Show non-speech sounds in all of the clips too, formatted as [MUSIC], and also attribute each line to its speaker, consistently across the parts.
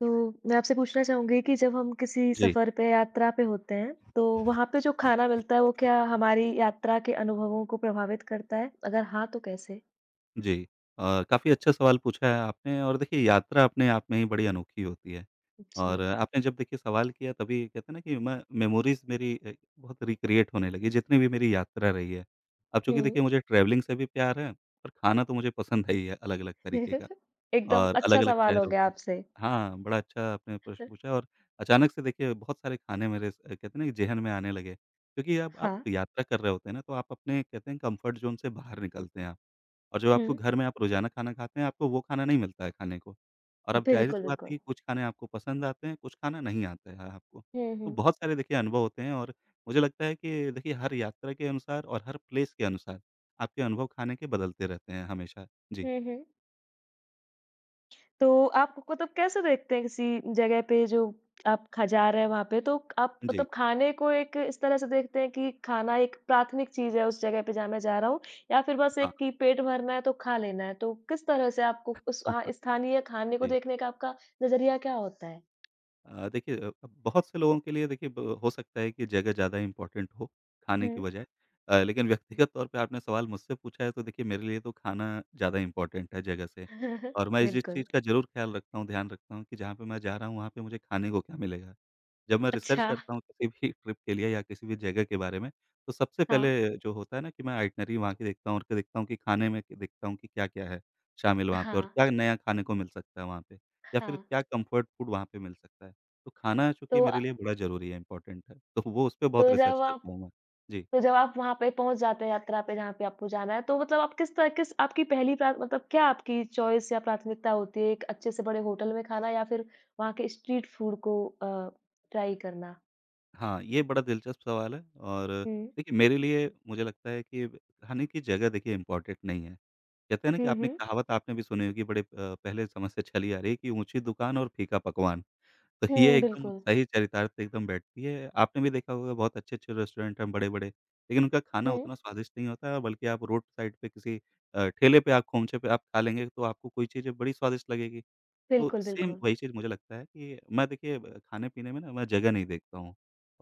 Speaker 1: तो मैं आपसे पूछना चाहूँगी कि जब हम किसी
Speaker 2: जी,
Speaker 1: सफ़र पे, यात्रा पे होते हैं, तो वहाँ पे जो खाना मिलता है, वो क्या हमारी यात्रा के अनुभवों को प्रभावित करता है? अगर हाँ, तो कैसे?
Speaker 2: जी। काफ़ी अच्छा सवाल पूछा है आपने और देखिए यात्रा अपने आप में ही बड़ी अनोखी होती है और
Speaker 1: जी।
Speaker 2: आपने जब देखिए सवाल किया तभी कहते हैं ना कि मैं मेमोरीज़ मेरी बहुत रिक्रिएट होने लगी जितनी भी मेरी यात्रा रही है। अब
Speaker 1: हुँ।
Speaker 2: चूँकि देखिए मुझे ट्रैवलिंग से भी प्यार है और खाना तो मुझे पसंद है ही है अलग-अलग तरीके का
Speaker 1: [LAUGHS] एकदम
Speaker 2: और
Speaker 1: अच्छा
Speaker 2: अलग-अलग
Speaker 1: सवाल हो
Speaker 2: शहरों
Speaker 1: गया
Speaker 2: का।
Speaker 1: आपसे।
Speaker 2: हाँ, बड़ा अच्छा आपने प्रश्न पूछा और अचानक से देखिए बहुत सारे खाने मेरे स कहते हैं ना कि ज़ेहन में आने लगे, क्योंकि अब आप
Speaker 1: हाँ।
Speaker 2: यात्रा कर रहे होते हैं ना, तो आप अपने कहते हैं कम्फ़र्ट ज़ोन से बाहर निकलते हैं आप। और जो
Speaker 1: हुँ।
Speaker 2: आपको घर में आप रोज़ाना खाना खाते हैं, आपको वो खाना नहीं मिलता है खाने को। और अब
Speaker 1: बिल्कुल,
Speaker 2: ज़ाहिर-सी बात है
Speaker 1: बिल्कुल।
Speaker 2: कि कुछ खाने आपको पसंद आते हैं, कुछ खाना नहीं आता है आपको।
Speaker 1: हुँ,
Speaker 2: तो
Speaker 1: हुँ।
Speaker 2: बहुत सारे देखिए अनुभव होते हैं और मुझे लगता है कि देखिए हर यात्रा के अनुसार और हर प्लेस के अनुसार आपके अनुभव खाने के बदलते रहते हैं हमेशा। जी,
Speaker 1: हुँ, हुँ। तो आप मतलब कैसे देखते हैं किसी जगह पे जो आप खा जा रहे हैं वहाँ पे तो आप
Speaker 2: जी।
Speaker 1: मतलब खाने को एक इस तरह से देखते हैं कि खाना एक प्राथमिक चीज़ है उस जगह पे जहाँ मैं जा रहा हूँ या फिर बस
Speaker 2: हाँ।
Speaker 1: एक कि पेट भरना है तो खा लेना है तो किस तरह से आपको
Speaker 2: [LAUGHS]
Speaker 1: स्थानीय खाने को
Speaker 2: जी।
Speaker 1: देखने का आपका नज़रिया क्या होता है?
Speaker 2: देखिए अब बहुत से लोगों के लिए देखिए ब हो सकता है कि जगह ज़्यादा इम्पोर्टेंट हो, खाने
Speaker 1: हुँ।
Speaker 2: की बजाय। लेकिन व्यक्तिगत तौर पे आपने सवाल मुझसे पूछा है तो देखिए मेरे लिए तो खाना ज़्यादा इम्पोर्टेंट है जगह से।
Speaker 1: [LAUGHS]
Speaker 2: और मैं इस जिस
Speaker 1: बिल्कुल।
Speaker 2: चीज़ का ज़रूर ख़्याल रखता हूँ, ध्यान रखता हूँ कि जहाँ पे मैं जा रहा हूँ वहाँ पे मुझे खाने को क्या मिलेगा। जब मैं रिसर्च
Speaker 1: अच्छा,
Speaker 2: करता हूँ किसी भी ट्रिप के लिए या किसी भी जगह के बारे में, तो सबसे
Speaker 1: हाँ।
Speaker 2: पहले जो होता है ना कि मैं आइटनरी वहाँ की देखता हूँ और के देखता हूँ कि खाने में के देखता हूँ कि क्या-क्या है शामिल वहाँ पे और
Speaker 1: हाँ,
Speaker 2: क्या नया खाने को मिल सकता है वहाँ पे या फिर
Speaker 1: हाँ।
Speaker 2: क्या कम्फर्ट फूड वहाँ पे मिल सकता है। तो खाना चूँकि
Speaker 1: तो अ,
Speaker 2: मेरे लिए बड़ा ज़रूरी है, इम्पोर्टेंट है, तो वो उस पे बहुत
Speaker 1: तो जब
Speaker 2: रिसर्च
Speaker 1: आप
Speaker 2: करता हूँ मैं। जी।
Speaker 1: तो जब आप वहाँ पे पहुँच जाते हैं यात्रा पे जहाँ पे आपको जाना है, तो मतलब आप किस तरह किस आपकी पहली प्रा मतलब क्या आपकी चॉइस या प्राथमिकता होती है, एक अच्छे से बड़े होटल में खाना या फिर वहाँ के स्ट्रीट फूड को ट्राई करना?
Speaker 2: हाँ, ये बड़ा दिलचस्प सवाल है और
Speaker 1: हुँ।
Speaker 2: देखिए मेरे लिए मुझे लगता है कि खाने की जगह देखिए इम्पोर्टेंट नहीं है। कहते हैं ना कि
Speaker 1: हुँ,
Speaker 2: आपने
Speaker 1: हुँ।
Speaker 2: कहावत आपने भी सुनी होगी बड़े पहले समय से चली आ रही है कि ऊँची दुकान और फीका पकवान। तो ये
Speaker 1: हुँ,
Speaker 2: एकदम
Speaker 1: बिल्कुल।
Speaker 2: सही चरितार्थ एकदम बैठती है। आपने भी देखा होगा बहुत अच्छे-अच्छे रेस्टोरेंट हैं बड़े-बड़े, लेकिन उनका खाना
Speaker 1: हुँ।
Speaker 2: उतना स्वादिष्ट नहीं होता है बल्कि आप रोड साइड पे किसी ठेले पे आप खोमचे पे आप खा लेंगे तो आपको कोई चीज़ें बड़ी स्वादिष्ट लगेगी। तो
Speaker 1: बिल्कुल,
Speaker 2: सेम
Speaker 1: बिल्कुल।
Speaker 2: वही चीज़ मुझे लगता है कि मैं देखिए ब खाने-पीने में ना मैं जगह नहीं देखता हूँ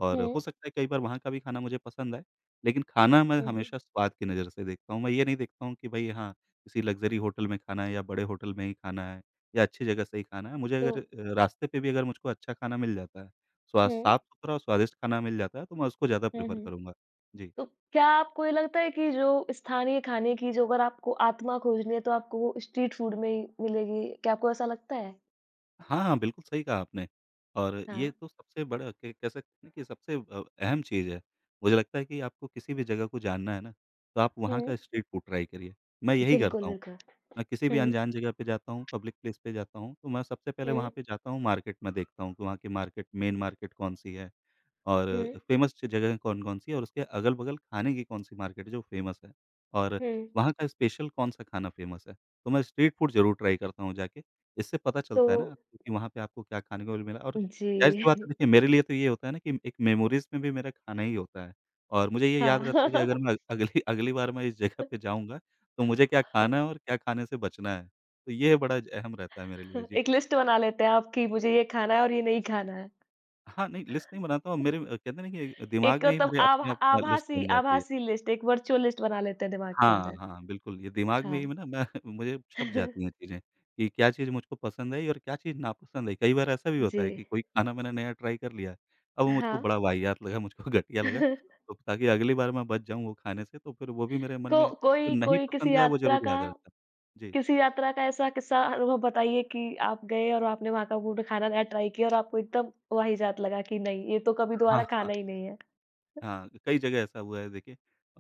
Speaker 2: और
Speaker 1: हुँ।
Speaker 2: हो सकता है कई बार वहाँ का भी खाना मुझे पसंद आए, लेकिन खाना मैं
Speaker 1: हुँ, हुँ।
Speaker 2: हमेशा स्वाद की नज़र से देखता हूँ। मैं ये नहीं देखता हूँ कि भई हाँ, किसी लग्ज़री होटल में खाना है या बड़े होटल में ही खाना है या अच्छी जगह से ही खाना है। मुझे
Speaker 1: तो
Speaker 2: अगर रास्ते पे भी अगर मुझको अच्छा खाना मिल जाता है, स्वा
Speaker 1: हुँ।
Speaker 2: साफ-सुथरा और स्वादिष्ट खाना मिल जाता है, तो मैं उसको ज़्यादा
Speaker 1: हुँ,
Speaker 2: प्रेफ़र
Speaker 1: हुँ।
Speaker 2: करूँगा। जी।
Speaker 1: तो क्या आपको ये लगता है कि जो स्थानीय खाने की जो अगर आपको आत्मा खोजनी है, तो आपको वो स्ट्रीट फूड में ही मिलेगी? क्या आपको ऐसा लगता है?
Speaker 2: हाँ, हाँ, बिल्कुल सही कहा आपने और ये
Speaker 1: हाँ।
Speaker 2: तो सबसे बड़ा क कह सकते हैं कि सबसे अहम चीज़ है। मुझे लगता है कि आपको किसी भी जगह को जानना है ना, तो आप वहाँ
Speaker 1: हुँ।
Speaker 2: का स्ट्रीट फूड ट्राई करिए। मैं यही
Speaker 1: बिल्कुल,
Speaker 2: करता हूँ,
Speaker 1: बिल्कुल।
Speaker 2: मैं किसी भी
Speaker 1: हुँ।
Speaker 2: अनजान जगह पे जाता हूँ, पब्लिक प्लेस पे जाता हूँ, तो मैं सबसे पहले वहाँ
Speaker 1: हुँ,
Speaker 2: पे जाता हूँ, मार्केट में देखता हूँ कि वहाँ की मार्केट मेन मार्केट कौन-सी है? और
Speaker 1: हुँ,
Speaker 2: फ़ेमस ज जगह कौन-कौन सी है और उसके अगल-बगल खाने की कौन-सी मार्केट है जो फ़ेमस है? और
Speaker 1: हुँ।
Speaker 2: वहाँ का स्पेशल कौन-सा खाना फ़ेमस है? तो मैं स्ट्रीट फूड ज़रूर ट्राई करता हूँ जाके। इससे पता
Speaker 1: तो
Speaker 2: चलता है ना कि वहाँ पे आपको क्या खाने को मिला और
Speaker 1: जी,
Speaker 2: ज़ाहिर-सी बात है देखिए मेरे लिए तो ये होता है ना कि एक मेमोरीज़ में भी मेरा खाना ही होता है। और मुझे ये याद
Speaker 1: [LAUGHS]
Speaker 2: रहता है कि
Speaker 1: हाँ।
Speaker 2: अगर मैं अगली अगली बार मैं इस जगह पे जाऊँगा तो मुझे क्या खाना है और
Speaker 1: [LAUGHS]
Speaker 2: क्या खाने से बचना है। तो ये बड़ा ज अहम रहता है मेरे लिए। जी।
Speaker 1: एक लिस्ट बना लेते हैं आप कि मुझे ये खाना है और ये नहीं खाना है।
Speaker 2: हाँ, नहीं लिस्ट नहीं बनाता हूँ मेरे कहते हैं ना कि दिमाग
Speaker 1: एक
Speaker 2: में ही
Speaker 1: मतलब
Speaker 2: मेरे
Speaker 1: आभा
Speaker 2: अपने आप लिस्ट
Speaker 1: आभासी
Speaker 2: बन जाती है।
Speaker 1: आभासी लिस्ट, एक वर्चुअल लिस्ट बना लेते हैं दिमाग के
Speaker 2: हाँ,
Speaker 1: अंदर।
Speaker 2: हाँ, बिल्कुल, ये दिमाग में
Speaker 1: हाँ।
Speaker 2: ही ना मैं [LAUGHS] मुझे छप जाती
Speaker 1: [LAUGHS]
Speaker 2: हैं चीज़ें, कि क्या चीज़ मुझको पसंद आई और क्या चीज़ नापसंद आई। कई बार ऐसा भी
Speaker 1: जी,
Speaker 2: होता है कि कोई खाना मैंने नया ट्राई कर लिया, अब वो मुझको
Speaker 1: हाँ।
Speaker 2: बड़ा वाहियात लगा, मुझको [LAUGHS] घटिया लगा,
Speaker 1: [LAUGHS]
Speaker 2: तो ताकि अगली बार मैं बच जाऊँ वो खाने से, तो फिर वो भी मेरे मन
Speaker 1: तो
Speaker 2: में जो
Speaker 1: कोई
Speaker 2: नहीं
Speaker 1: कोई
Speaker 2: पसंद आया, वो ज़रूर याद रहता है। जी।
Speaker 1: किसी यात्रा का ऐसा किस्सा अनुभव बताइए कि आप गए और आपने वहाँ का फूड खाना नया ट्राई किया और आपको एकदम वाहियात लगा कि नहीं, ये तो कभी दोबारा
Speaker 2: हाँ,
Speaker 1: खाना ही नहीं है?
Speaker 2: हाँ, कई जगह ऐसा हुआ है देखिए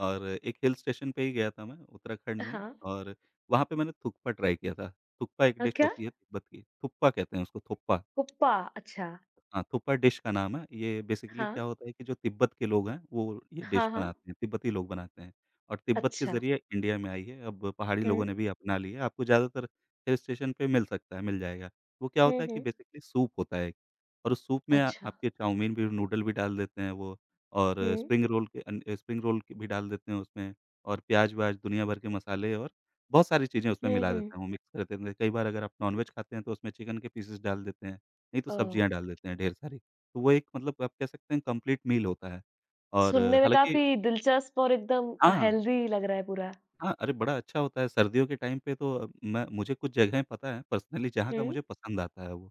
Speaker 2: और एक हिल स्टेशन पे ही गया था मैं, उत्तराखंड
Speaker 1: हाँ।
Speaker 2: में और वहाँ पे मैंने थुक्पा ट्राई किया था। थुक्पा एक
Speaker 1: अ,
Speaker 2: डिश
Speaker 1: क्या?
Speaker 2: होती है तिब्बत की, थुप्पा कहते हैं उसको, थुप्पा।
Speaker 1: कुप्पा, अच्छा।
Speaker 2: हाँ, थुक्पा डिश का नाम है। ये बेसिकली
Speaker 1: हाँ,
Speaker 2: क्या होता है कि जो तिब्बत के लोग हैं, वो ये
Speaker 1: हाँ,
Speaker 2: डिश
Speaker 1: हाँ।
Speaker 2: बनाते हैं, तिब्बती लोग बनाते हैं और तिब्बत के
Speaker 1: अच्छा।
Speaker 2: ज़रिए इंडिया में आई है। अब पहाड़ी लोगों
Speaker 1: हुँ,
Speaker 2: ने भी अपना ली है। आपको ज़्यादातर हिल स्टेशन पे मिल सकता है, मिल जाएगा। वो क्या
Speaker 1: हुँ,
Speaker 2: होता है
Speaker 1: हुँ।
Speaker 2: कि बेसिकली सूप होता है एक और उस सूप में आ
Speaker 1: अच्छा।
Speaker 2: आपके चाउमीन भी, नूडल भी डाल देते हैं वो और
Speaker 1: हुँ,
Speaker 2: स्प्रिंग रोल के भी डाल देते हैं उसमें और प्याज़-व्याज़, दुनिया भर के मसाले और बहुत सारी चीज़ें उसमें
Speaker 1: हुँ,
Speaker 2: मिला
Speaker 1: हुँ।
Speaker 2: देते हैं, वो मिक्स कर देते हैं। कई बार अगर आप नॉन-वेज खाते हैं, तो उसमें चिकन के पीसेज़ डाल देते हैं। नहीं तो
Speaker 1: ओह!
Speaker 2: सब्जियाँ डाल देते हैं ढेर सारी। तो वो एक मतलब आप कह सकते हैं कंप्लीट मील होता है और
Speaker 1: सुनने में
Speaker 2: हालाँकि।
Speaker 1: काफ़ी दिलचस्प और एकदम
Speaker 2: हाँ,
Speaker 1: हेल्दी लग रहा है पूरा।
Speaker 2: हाँ, अरे बड़ा अच्छा होता है सर्दियों के टाइम पे तो मैं मुझे कुछ जगहें पता है पर्सनली जहाँ का
Speaker 1: हुँ,
Speaker 2: मुझे पसंद आता है वो।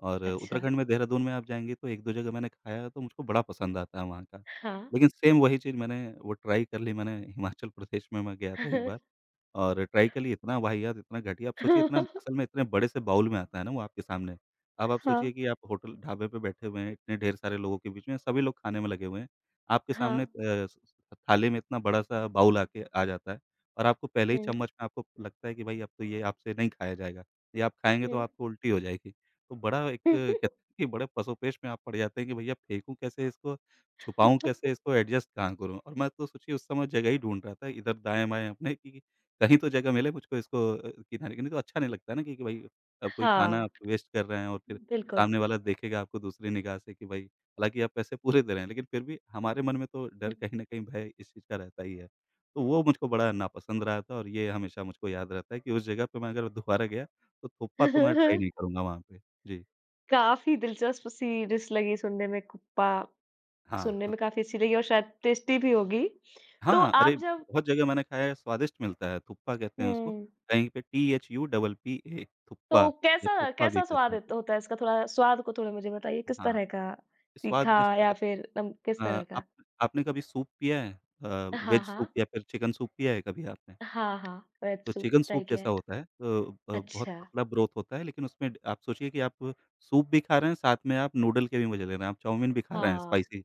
Speaker 2: और
Speaker 1: अच्छा।
Speaker 2: उत्तराखंड में देहरादून में आप जाएँगे तो 1-2 जगह मैंने खाया है तो मुझको बड़ा पसंद आता है वहाँ का।
Speaker 1: हाँ।
Speaker 2: लेकिन सेम वही चीज़ मैंने वो ट्राई कर ली मैंने हिमाचल प्रदेश में मैं गया था एक बार।
Speaker 1: [LAUGHS]
Speaker 2: और ट्राई के लिए इतना वाहियात, इतना घटिया आप सोचिए इतना असल में इतने बड़े से बाउल में आता है ना वो आपके सामने। अब आप
Speaker 1: हाँ,
Speaker 2: सोचिए कि आप होटल ढाबे पे बैठे हुए हैं, इतने ढेर सारे लोगों के बीच में, सभी लोग खाने में लगे हुए हैं। आपके
Speaker 1: हाँ।
Speaker 2: सामने स स- थाली में इतना बड़ा-सा बाउल आके आ जाता है और आपको पहले ही
Speaker 1: हुँ,
Speaker 2: चम्मच में आपको लगता है कि भाई अब तो ये आपसे नहीं खाया जाएगा। ये आप खाएँगे तो
Speaker 1: हुँ।
Speaker 2: आपको उल्टी हो जाएगी। तो बड़ा एक कहते हैं कि बड़े पसोपेश में आप पड़ जाते हैं कि भैया फेंकूँ कैसे इसको, छुपाऊँ
Speaker 1: [LAUGHS]
Speaker 2: कैसे इसको, एडजस्ट कहाँ करूँ? और मैं तो सोचिए उस समय जगह ही ढूँढ रहा था इधर दाएँ-बाएँ अपने कि कहीं तो जगह मिले मुझको इसको किनारे नहीं तो अच्छा नहीं लगता है ना कि भाई अब कोई खाना
Speaker 1: हाँ,
Speaker 2: आप वेस्ट कर रहे हैं और फिर
Speaker 1: बिल्कुल।
Speaker 2: सामने वाला देखेगा आपको दूसरी निगाह से कि भाई हालाँकि आप पैसे पूरे दे रहे हैं, लेकिन फिर भी हमारे मन में तो डर कहीं न कहीं भय इस चीज़ का रहता ही है। तो वो मुझको बड़ा नापसंद रहा था और ये हमेशा मुझको याद रहता है कि उस जगह पे मैं अगर दोबारा गया तो थोपा तो मैं ट्राई
Speaker 1: [LAUGHS]
Speaker 2: नहीं करूँगा वहाँ पे। जी।
Speaker 1: काफ़ी दिलचस्प सी डिश लगी सुनने में, कुप्पा
Speaker 2: हाँ,
Speaker 1: सुनने
Speaker 2: हाँ।
Speaker 1: में काफ़ी अच्छी लगी और शायद टेस्टी भी होगी। तो
Speaker 2: हाँ, अरे
Speaker 1: आप जब
Speaker 2: बहुत जगह मैंने खाया है, स्वादिष्ट मिलता है, थुप्पा कहते हैं उसको।
Speaker 1: हुँ।
Speaker 2: कहीं पे Thuppa थुप्पा
Speaker 1: तो
Speaker 2: या
Speaker 1: कैसा
Speaker 2: थोप्पा
Speaker 1: कैसा
Speaker 2: भी कहते
Speaker 1: स्वाद है
Speaker 2: हैं।
Speaker 1: होता है इसका? थोड़ा स्वाद को थोड़ा मुझे बताइए किस
Speaker 2: हाँ।
Speaker 1: तरह का?
Speaker 2: स्वाद
Speaker 1: तीखा
Speaker 2: जैसे
Speaker 1: या
Speaker 2: आप
Speaker 1: फिर नम किस
Speaker 2: अ,
Speaker 1: तरह का?
Speaker 2: आप आपने कभी सूप पिया है?
Speaker 1: हाँ,
Speaker 2: वेज सूप
Speaker 1: हाँ।
Speaker 2: या फिर चिकन सूप पिया है कभी आपने?
Speaker 1: हाँ, हाँ। रेड
Speaker 2: तो
Speaker 1: सूप
Speaker 2: चिकन
Speaker 1: ट्राई
Speaker 2: सूप
Speaker 1: किया
Speaker 2: जैसा
Speaker 1: है।
Speaker 2: होता है तो बहुत
Speaker 1: अच्छा।
Speaker 2: पतला ब्रोथ होता है, लेकिन उसमें आप सोचिए कि आप सूप भी खा रहे हैं, साथ में आप नूडल के भी मज़े ले रहे हैं, आप चाउमीन भी खा रहे हैं
Speaker 1: हाँ,
Speaker 2: स्पाइसी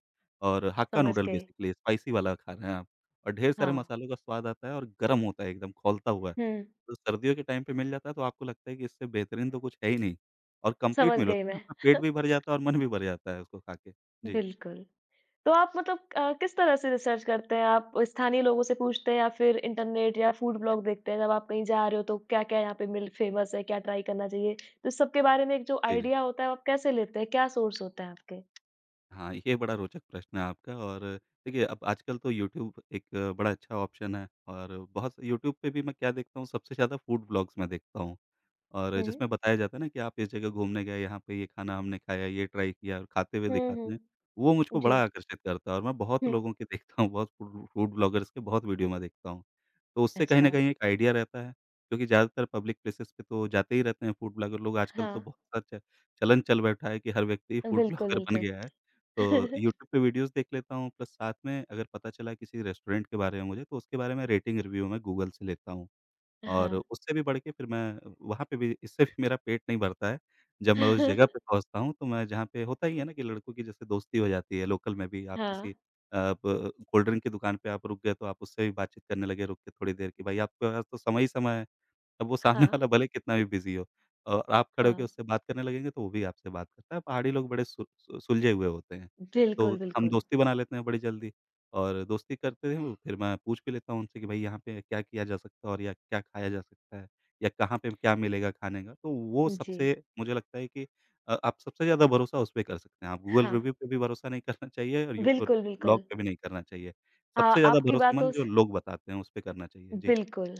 Speaker 2: और हक्का
Speaker 1: समझ
Speaker 2: नूडल
Speaker 1: गई।
Speaker 2: बेसिकली स्पाइसी वाला खा रहे हैं आप, और ढेर सारे
Speaker 1: हाँ।
Speaker 2: मसालों का स्वाद आता है और गर्म होता है एकदम खौलता हुआ।
Speaker 1: हुँ,
Speaker 2: तो सर्दियों के टाइम पे मिल जाता है तो आपको लगता है कि इससे बेहतरीन तो कुछ है ही नहीं, और कंप्लीट
Speaker 1: समझ
Speaker 2: मील होता
Speaker 1: गई
Speaker 2: है ना,
Speaker 1: मैं।
Speaker 2: आपका पेट भी
Speaker 1: [LAUGHS]
Speaker 2: भर जाता है और मन भी भर जाता है उसको खा के। जी,
Speaker 1: बिल्कुल। तो आप मतलब किस तरह से रिसर्च करते हैं? आप स्थानीय लोगों से पूछते हैं या फिर इंटरनेट या फूड ब्लॉग देखते हैं? जब आप कहीं जा रहे हो तो क्या-क्या यहाँ पे मिल फेमस है? क्या ट्राई करना चाहिए? तो इस सब के बारे में एक जो
Speaker 2: जी।
Speaker 1: आइडिया होता है, वो आप कैसे लेते हैं? क्या सोर्स होता है आपके?
Speaker 2: हाँ, ये बड़ा रोचक प्रश्न है आपका। और देखिए अब आजकल तो यूट्यूब एक बड़ा अच्छा ऑप्शन है, और बहुत से यूट्यूब पे भी मैं क्या देखता हूँ, सबसे ज़्यादा फूड व्लॉग्स मैं देखता हूँ। और
Speaker 1: हुँ।
Speaker 2: जिसमें बताया जाता है ना कि आप इस जगह घूमने गए, यहाँ पे ये खाना हमने खाया, ये ट्राई किया और खाते हुए
Speaker 1: हुँ,
Speaker 2: दिखाते
Speaker 1: हुँ।
Speaker 2: हैं, वो मुझको
Speaker 1: जी।
Speaker 2: बड़ा आकर्षित करता है, और मैं बहुत
Speaker 1: हुँ।
Speaker 2: लोगों के [LAUGHS] देखता हूँ, बहुत फूड फूड ब्लॉगर्स के बहुत वीडियो मैं देखता हूँ। तो उससे कहीं
Speaker 1: अच्छा।
Speaker 2: न कहीं एक आइडिया रहता है, क्योंकि ज़्यादातर पब्लिक प्लेसेस पे तो जाते ही रहते हैं फूड ब्लॉगर लोग। आजकल तो
Speaker 1: हाँ,
Speaker 2: बहुत सा च चलन चल बैठा है कि हर व्यक्ति फूड [LAUGHS]
Speaker 1: बिल्कुल,
Speaker 2: ब्लॉगर बन
Speaker 1: बिल्कुल।
Speaker 2: गया है। तो
Speaker 1: [LAUGHS]
Speaker 2: यूट्यूब पे वीडियोज़ देख लेता हूँ, प्लस साथ में अगर पता चला किसी रेस्टोरेंट के बारे में मुझे, तो उसके बारे में रेटिंग रिव्यू मैं गूगल से लेता हूँ। और
Speaker 1: हाँ।
Speaker 2: उससे भी बढ़ के फिर मैं वहाँ पे भी, इससे भी मेरा पेट नहीं भरता है। जब मैं उस जगह पे
Speaker 1: [LAUGHS]
Speaker 2: पहुँचता हूँ, तो मैं जहाँ पे होता ही है ना कि लड़कों की जैसे दोस्ती हो जाती है, लोकल में भी आप
Speaker 1: हाँ,
Speaker 2: किसी अ, ब कोल्ड ड्रिंक की दुकान पे आप रुक गए, तो आप उससे भी बातचीत करने लगे रुक के थोड़ी देर कि भाई आपके पास तो समय ही समय है। अब वो सामने
Speaker 1: हाँ,
Speaker 2: वाला भले कितना भी बिज़ी हो, और आप खड़े होके
Speaker 1: हाँ।
Speaker 2: उससे बात करने लगेंगे तो वो भी आपसे बात करता है। पहाड़ी लोग बड़े सु सु सुलझे हुए होते हैं,
Speaker 1: बिल्कुल,
Speaker 2: तो हम
Speaker 1: बिल्कुल।
Speaker 2: दोस्ती बना लेते हैं बड़ी जल्दी, और दोस्ती करते हैं फिर मैं पूछ भी लेता हूँ उनसे कि भाई यहाँ पे क्या किया जा सकता है, और या क्या खाया जा सकता है, या कहाँ पे क्या मिलेगा खाने का? तो वो
Speaker 1: जी।
Speaker 2: सबसे, मुझे लगता है कि आप सबसे ज़्यादा भरोसा उस पे कर सकते हैं। आप गूगल
Speaker 1: हाँ,
Speaker 2: रिव्यू पे भी भरोसा नहीं करना चाहिए, और यू और
Speaker 1: बिल्कुल,
Speaker 2: ब्लॉग
Speaker 1: बिल्कुल।
Speaker 2: पे भी नहीं करना चाहिए।
Speaker 1: अ,
Speaker 2: सबसे ज़्यादा
Speaker 1: आपकी बातों
Speaker 2: भरोसेमंद
Speaker 1: से
Speaker 2: जो लोग बताते हैं उस पे करना चाहिए। जी।
Speaker 1: बिल्कुल।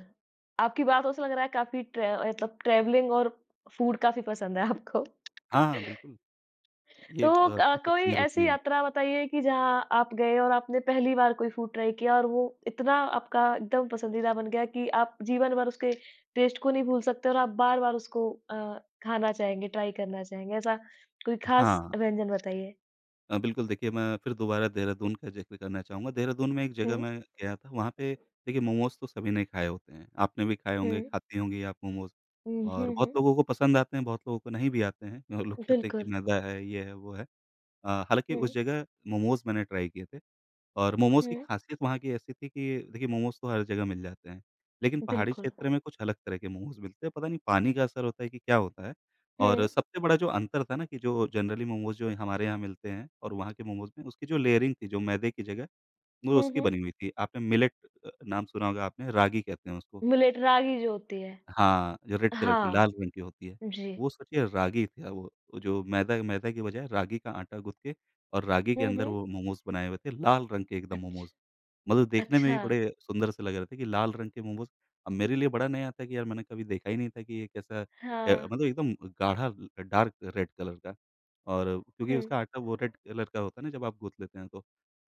Speaker 1: आपकी बातों से लग रहा है काफ़ी ट्रैवलिंग और फूड काफ़ी पसंद है आपको।
Speaker 2: हाँ, हाँ,
Speaker 1: [LAUGHS]
Speaker 2: बिल्कुल। ये
Speaker 1: तो
Speaker 2: कह
Speaker 1: कोई
Speaker 2: सकते हैं रुचि
Speaker 1: ऐसी
Speaker 2: है।
Speaker 1: यात्रा बताइए कि जहाँ आप गए और आपने पहली बार कोई फूड ट्राई किया और वो इतना आपका एकदम पसंदीदा बन गया कि आप जीवन भर उसके टेस्ट को नहीं भूल सकते और आप बार-बार उसको खाना चाहेंगे, ट्राई करना चाहेंगे। ऐसा कोई खास
Speaker 2: हाँ,
Speaker 1: व्यंजन बताइए?
Speaker 2: बिल्कुल देखिए मैं फिर दोबारा देहरादून का ज़िक्र करना चाहूँगा। देहरादून में एक जगह
Speaker 1: हुँ,
Speaker 2: मैं गया था वहाँ पे। देखिए मोमोज़ तो सभी ने खाए होते हैं। आपने भी खाए
Speaker 1: हुँ।
Speaker 2: होंगे, खाती होंगी आप मोमोज़,
Speaker 1: हुँ,
Speaker 2: और
Speaker 1: हुँ, हुँ।
Speaker 2: बहुत लोगों को पसंद आते हैं, बहुत लोगों को नहीं भी आते हैं। और लोग कहते हैं कि
Speaker 1: बिल्कुल।
Speaker 2: मैदा है, ये है, वो है। हालाँकि उस
Speaker 1: हुँ,
Speaker 2: जगह मोमोज़ मैंने ट्राई किए थे। और मोमोज़ की
Speaker 1: हुँ।
Speaker 2: ख़ासियत वहाँ की ऐसी थी कि देखिए मोमोज़ तो हर जगह मिल जाते हैं, लेकिन पहाड़ी
Speaker 1: बिल्कुल।
Speaker 2: क्षेत्र में कुछ अलग तरह के मोमोज़ मिलते हैं, पता नहीं पानी का असर होता है कि क्या होता है? और
Speaker 1: हुँ,
Speaker 2: सबसे बड़ा जो अंतर था ना कि जो जनरली मोमोज़ जो हमारे यहाँ मिलते हैं और वहाँ के मोमोज़ में उसकी जो लेयरिंग थी, जो मैदे की जगह वो
Speaker 1: हुँ,
Speaker 2: उसकी
Speaker 1: हुँ।
Speaker 2: बनी हुई थी। आपने मिलेट नाम सुना होगा आपने, रागी कहते हैं उसको।
Speaker 1: मिलेट रागी जो होती है।
Speaker 2: हाँ, जो रेड कलर की,
Speaker 1: हाँ,
Speaker 2: लाल रंग की होती है,
Speaker 1: जी।
Speaker 2: वो सोचिए रागी था वो। वो जो मैदा मैदा की बजाय रागी का आटा गूँथ के और रागी के
Speaker 1: हुँ,
Speaker 2: अंदर
Speaker 1: हुँ।
Speaker 2: वो मोमोज़ बनाए हुए थे, लाल रंग के एकदम
Speaker 1: अच्छ
Speaker 2: मोमोज़। मतलब देखने में
Speaker 1: अच्छा।
Speaker 2: भी बड़े सुंदर से लग रहे थे कि लाल रंग के मोमोज़। अब मेरे लिए बड़ा नया था कि यार मैंने कभी देखा ही नहीं था कि ये कैसा
Speaker 1: हाँ।
Speaker 2: मतलब एकदम गाढ़ा ल डार्क रेड कलर का, और क्योंकि
Speaker 1: हुँ,
Speaker 2: उसका आटा वो रेड कलर का होता है ना जब आप गूँथ लेते हैं तो।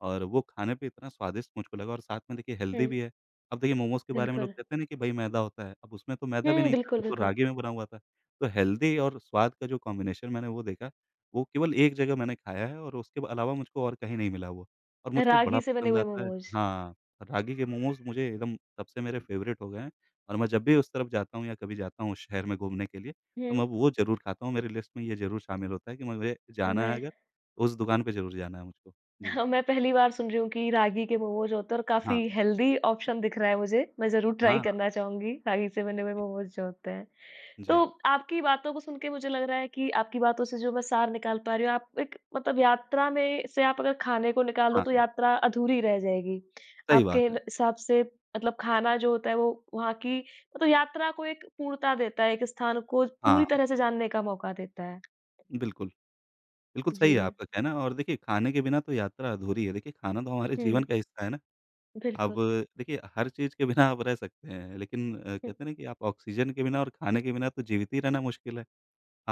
Speaker 2: और वो खाने पे इतना स्वादिष्ट मुझको लगा, और साथ में देखिए हेल्दी
Speaker 1: हुँ।
Speaker 2: भी है। अब देखिए मोमोज़ के बारे में लोग
Speaker 1: बिल्कुल।
Speaker 2: कहते हैं ना कि भई मैदा होता है, अब उसमें तो मैदा भी
Speaker 1: हुँ,
Speaker 2: नहीं था,
Speaker 1: बिल्कुल,
Speaker 2: वो तो
Speaker 1: बिल्कुल।
Speaker 2: रागी में बना हुआ था। तो हेल्दी और स्वाद का जो कॉम्बिनेशन मैंने वो देखा, वो केवल एक जगह मैंने खाया है और उसके अलावा मुझको और कहीं नहीं मिला वो। और मुझको बड़ा
Speaker 1: रागी से बने
Speaker 2: पसंद
Speaker 1: हुए
Speaker 2: आता है
Speaker 1: मोमोज़।
Speaker 2: हाँ, रागी के मोमोज़ मुझे एकदम तब से मेरे फ़ेवरेट हो गए हैं। और मैं जब भी उस तरफ जाता हूँ या कभी जाता हूँ उस शहर में घूमने के लिए, तो
Speaker 1: हुँ,
Speaker 2: मैं वो ज़रूर खाता हूँ, मेरी लिस्ट में ये ज़रूर शामिल होता है कि मुझे जाना है
Speaker 1: मैं
Speaker 2: अगर, तो उस दुकान पे ज़रूर जाना है मुझको।
Speaker 1: [LAUGHS]
Speaker 2: जी,
Speaker 1: हाँ, मैं पहली बार सुन रही हूँ कि रागी के मोमोज़ होते हैं और काफ़ी
Speaker 2: हाँ,
Speaker 1: हेल्दी ऑप्शन दिख रहा है मुझे। मैं ज़रूर
Speaker 2: हाँ,
Speaker 1: ट्राई
Speaker 2: हाँ,
Speaker 1: करना चाहूँगी, रागी से बने हुए
Speaker 2: जी।
Speaker 1: मोमोज़ जो होते हैं। तो
Speaker 2: जी,
Speaker 1: आपकी बातों को सुन के मुझे लग रहा है कि आपकी बातों से जो मैं सार निकाल पा रही हूँ, आप एक मतलब यात्रा में से आप अगर खाने को निकालो
Speaker 2: हाँ,
Speaker 1: तो
Speaker 2: हाँ,
Speaker 1: यात्रा अधूरी रह जाएगी।
Speaker 2: सही बात
Speaker 1: आपके न
Speaker 2: है।
Speaker 1: हिसाब से मतलब खाना जो होता है वो वहाँ की मतलब यात्रा को एक पूर्णता देता है, एक स्थान को पूरी
Speaker 2: हाँ।
Speaker 1: तरह से जानने का मौका देता है।
Speaker 2: बिल्कुल, बिल्कुल सही है
Speaker 1: जी,
Speaker 2: आपका कहना, और देखिए खाने के बिना तो यात्रा अधूरी है। देखिए खाना तो हमारे जीवन
Speaker 1: हुँ,
Speaker 2: का हिस्सा है ना। अब
Speaker 1: बिल्कुल।
Speaker 2: देखिए हर चीज़ के बिना आप रह सकते हैं, लेकिन
Speaker 1: हुँ,
Speaker 2: कहते हैं ना कि आप ऑक्सीजन के बिना और खाने के बिना तो जीवित ही रहना मुश्किल है।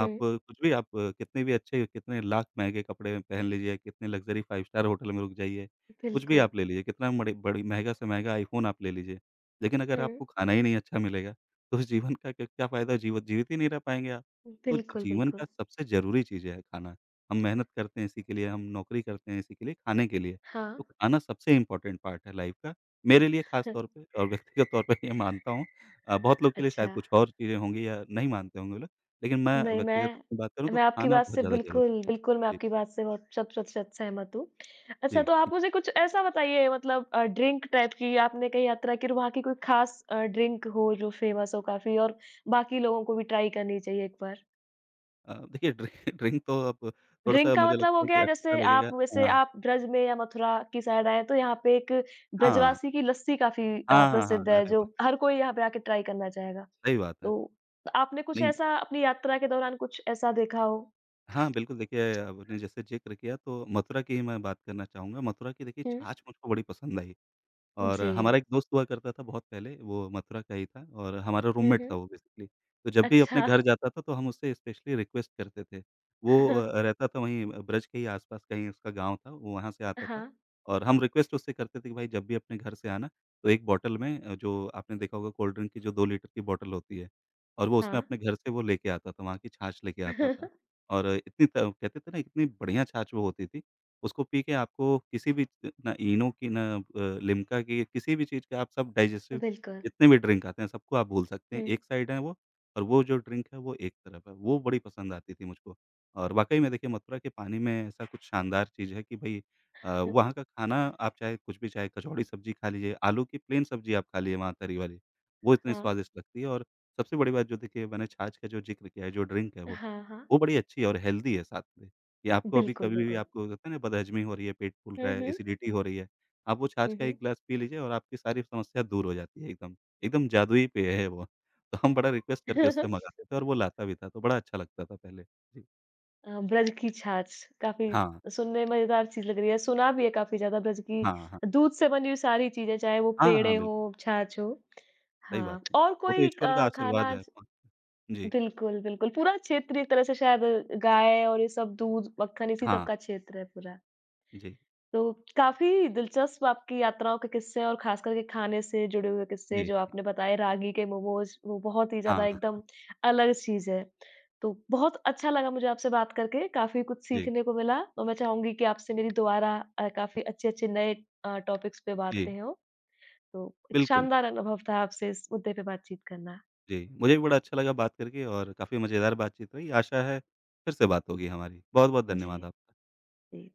Speaker 1: हुँ,
Speaker 2: कुछ भी, आप कितने भी अच्छे, कितने लाख महँगे कपड़े पहन लीजिए, कितने लग्ज़री फाइव स्टार होटल में रुक जाइए, कुछ भी
Speaker 1: बिल्कुल,
Speaker 2: आप ले लीजिए, कितना मड़ी बड़ी महँगा से महँगा आईफ़ोन आप ले लीजिए, लेकिन अगर
Speaker 1: हुँ,
Speaker 2: आपको खाना ही नहीं अच्छा मिलेगा, तो उस जीवन का क्या क्या फ़ायदा, जीवित ही नहीं रह पाएँगे आप। तो
Speaker 1: बिल्कुल,
Speaker 2: जीवन का
Speaker 1: बिल्कुल।
Speaker 2: सबसे ज़रूरी चीज़ है खाना। हम मेहनत करते हैं इसी के लिए, हम नौकरी करते हैं इसी के लिए, खाने के लिए।
Speaker 1: हाँ,
Speaker 2: तो खाना सबसे इम्पोर्टेंट पार्ट है लाइफ़ का, मेरे लिए ख़ास तौर पे
Speaker 1: [LAUGHS]
Speaker 2: और व्यक्तिगत तौर पे ये मानता हूँ। बहुत लोग के लिए
Speaker 1: अच्छा,
Speaker 2: शायद कुछ और चीज़ें होंगी या नहीं मानते होंगे लोग। लेकिन मैं
Speaker 1: नहीं
Speaker 2: व्यक्तिगत अपनी बात करूँ
Speaker 1: मैं
Speaker 2: तो
Speaker 1: मैं आपकी
Speaker 2: खाना
Speaker 1: बात
Speaker 2: बहुत
Speaker 1: से
Speaker 2: ज़्यादा ज़रूरी
Speaker 1: बिल्कुल, बिल्कुल मैं
Speaker 2: है। जी,
Speaker 1: आपकी बात से बहुत शत प्रतिशत सहमत हूँ। अच्छा
Speaker 2: जी।
Speaker 1: तो आप मुझे कुछ ऐसा बताइए मतलब ड्रिंक टाइप की आपने कहीं यात्रा की और वहाँ की कोई ख़ास ड्रिंक हो जो फ़ेमस हो काफ़ी और बाकी लोगों को भी ट्राई करनी चाहिए एक बार?
Speaker 2: देखिए ड्रिंक [LAUGHS] ड्रिंक तो अब
Speaker 1: ड्रिंक
Speaker 2: थोड़ा-सा
Speaker 1: का
Speaker 2: मुझे
Speaker 1: मतलब हो
Speaker 2: लगता है कि
Speaker 1: गया
Speaker 2: अच्छा
Speaker 1: जैसे आप
Speaker 2: लगेगा।
Speaker 1: वैसे
Speaker 2: हाँ।
Speaker 1: आप ब्रज में या मथुरा की साइड आएँ तो यहाँ पे एक
Speaker 2: हाँ।
Speaker 1: ब्रजवासी की लस्सी काफ़ी
Speaker 2: हाँ, हाँ, हाँ।
Speaker 1: प्रसिद्ध है
Speaker 2: अरे
Speaker 1: जो
Speaker 2: वाह!
Speaker 1: हर कोई यहाँ पे आके ट्राई करना चाहेगा।
Speaker 2: सही बात है।
Speaker 1: तो आपने कुछ
Speaker 2: नहीं,
Speaker 1: ऐसा अपनी यात्रा के दौरान कुछ ऐसा देखा हो?
Speaker 2: हाँ, बिल्कुल देखिए आपने जैसे ज़िक्र किया तो मथुरा की ही मैं बात करना चाहूँगा। मथुरा की देखिए
Speaker 1: हुँ।
Speaker 2: छाछ मुझको बड़ी पसंद आई। और
Speaker 1: जी।
Speaker 2: हमारा एक दोस्त हुआ करता था बहुत पहले, वो मथुरा का ही था, और हमारा
Speaker 1: हुँ,
Speaker 2: रूममेट था
Speaker 1: हुँ।
Speaker 2: वो बेसिकली। तो जब भी अपने
Speaker 1: अच्छा।
Speaker 2: घर जाता था तो हम उससे स्पेशली रिक्वेस्ट करते थे। वो
Speaker 1: [LAUGHS]
Speaker 2: रहता था वहीं ब्रज के ही आस-पास कहीं उसका गाँव था, वो वहाँ से आता था।
Speaker 1: हाँ,
Speaker 2: और हम रिक्वेस्ट उससे करते थे कि भाई जब भी अपने घर से आना तो एक बॉटल में, जो आपने देखा होगा कोल्ड ड्रिंक की जो 2 लीटर की बॉटल होती है, और वो
Speaker 1: हाँ।
Speaker 2: उसमें अपने घर से वो लेके आता था, वहाँ की छाछ लेके आता था।
Speaker 1: [LAUGHS]
Speaker 2: और इतनी त कहते थे ना, इतनी बढ़िया छाछ वो होती थी, उसको पी के आपको किसी भी, ना इनो की, ना लिम्का की, किसी भी चीज़ का, आप सब डाइजेस्टिव
Speaker 1: बिल्कुल।
Speaker 2: जितने भी ड्रिंक आते हैं सबको आप भूल सकते हैं।
Speaker 1: हुँ,
Speaker 2: एक साइड है वो, और वो जो ड्रिंक है वो एक तरफ है। वो बड़ी पसंद आती थी मुझको, और वाक़ई में देखिए मथुरा के पानी में ऐसा कुछ शानदार चीज़ है कि भई
Speaker 1: हुँ।
Speaker 2: वहाँ का खाना, आप चाहे कुछ भी, चाहे कचौड़ी सब्ज़ी खा लीजिए, आलू की प्लेन सब्ज़ी आप खा लीजिए वहाँ तरी वाली, वो इतनी
Speaker 1: हाँ।
Speaker 2: स्वादिष्ट लगती है। और सबसे बड़ी बात, जो देखिए मैंने छाछ का जो ज़िक्र किया है, जो ड्रिंक है
Speaker 1: हाँ, हाँ।
Speaker 2: वो बड़ी अच्छी है और हेल्दी है साथ में। या आपको अभी
Speaker 1: बिल्कुल,
Speaker 2: कभी भी
Speaker 1: बिल्कुल।
Speaker 2: आपको होता है ना बदहज़मी हो रही है, पेट फूल
Speaker 1: हुँ,
Speaker 2: रहा है,
Speaker 1: हुँ।
Speaker 2: एसिडिटी हो रही है, आप वो छाछ
Speaker 1: हुँ,
Speaker 2: का
Speaker 1: हुँ।
Speaker 2: 1 ग्लास पी लीजिए और आपकी सारी समस्या दूर हो जाती है एकदम। एकदम जादुई पेय है वो। तो हम बड़ा रिक्वेस्ट करके उससे
Speaker 1: [LAUGHS]
Speaker 2: मँगाते थे और वो लाता भी था, तो बड़ा अच्छा लगता था पहले। जी।
Speaker 1: ब्रज की छाछ काफ़ी
Speaker 2: हाँ,
Speaker 1: सुनने में मज़ेदार चीज़ लग रही है, सुना भी है काफ़ी ज़्यादा ब्रज
Speaker 2: हाँ, हाँ।
Speaker 1: की दूध से बनी हुई सारी चीज़ें, चाहे वो
Speaker 2: हाँ,
Speaker 1: पेड़े
Speaker 2: हाँ, बिल्कुल,
Speaker 1: हों, छाछ हो।
Speaker 2: सही
Speaker 1: हाँ,
Speaker 2: बात है।
Speaker 1: और
Speaker 2: वो तो
Speaker 1: कोई
Speaker 2: ईश्वर का
Speaker 1: खाना
Speaker 2: आशीर्वाद है।
Speaker 1: आज
Speaker 2: हाँ, जी।
Speaker 1: बिल्कुल, बिल्कुल पूरा क्षेत्र एक तरह से शायद गाय और ये सब दूध, मक्खन इसी सब
Speaker 2: हाँ,
Speaker 1: का क्षेत्र है पूरा।
Speaker 2: जी,
Speaker 1: तो काफ़ी दिलचस्प आपकी यात्राओं के किस्से और ख़ास करके खाने से जुड़े हुए किस्से
Speaker 2: जी।
Speaker 1: जो आपने बताए रागी के मोमोज़ वो बहुत ही ज़्यादा
Speaker 2: हाँ,
Speaker 1: एकदम अलग चीज़ है। तो बहुत अच्छा लगा मुझे आपसे बात करके, काफ़ी कुछ
Speaker 2: जी,
Speaker 1: सीखने को मिला और मैं चाहूँगी कि आपसे मेरी दोबारा काफ़ी अच्छे-अच्छे नए टॉपिक्स पे
Speaker 2: जी।
Speaker 1: बातें हों। तो एक
Speaker 2: बिल्कुल,
Speaker 1: शानदार अनुभव था आपसे इस मुद्दे पे बातचीत करना।
Speaker 2: जी। मुझे भी बड़ा अच्छा लगा बात करके और काफ़ी मज़ेदार बातचीत रही। आशा है फिर से बात होगी हमारी। बहुत-बहुत
Speaker 1: जी,
Speaker 2: धन्यवाद आपका।
Speaker 1: जी।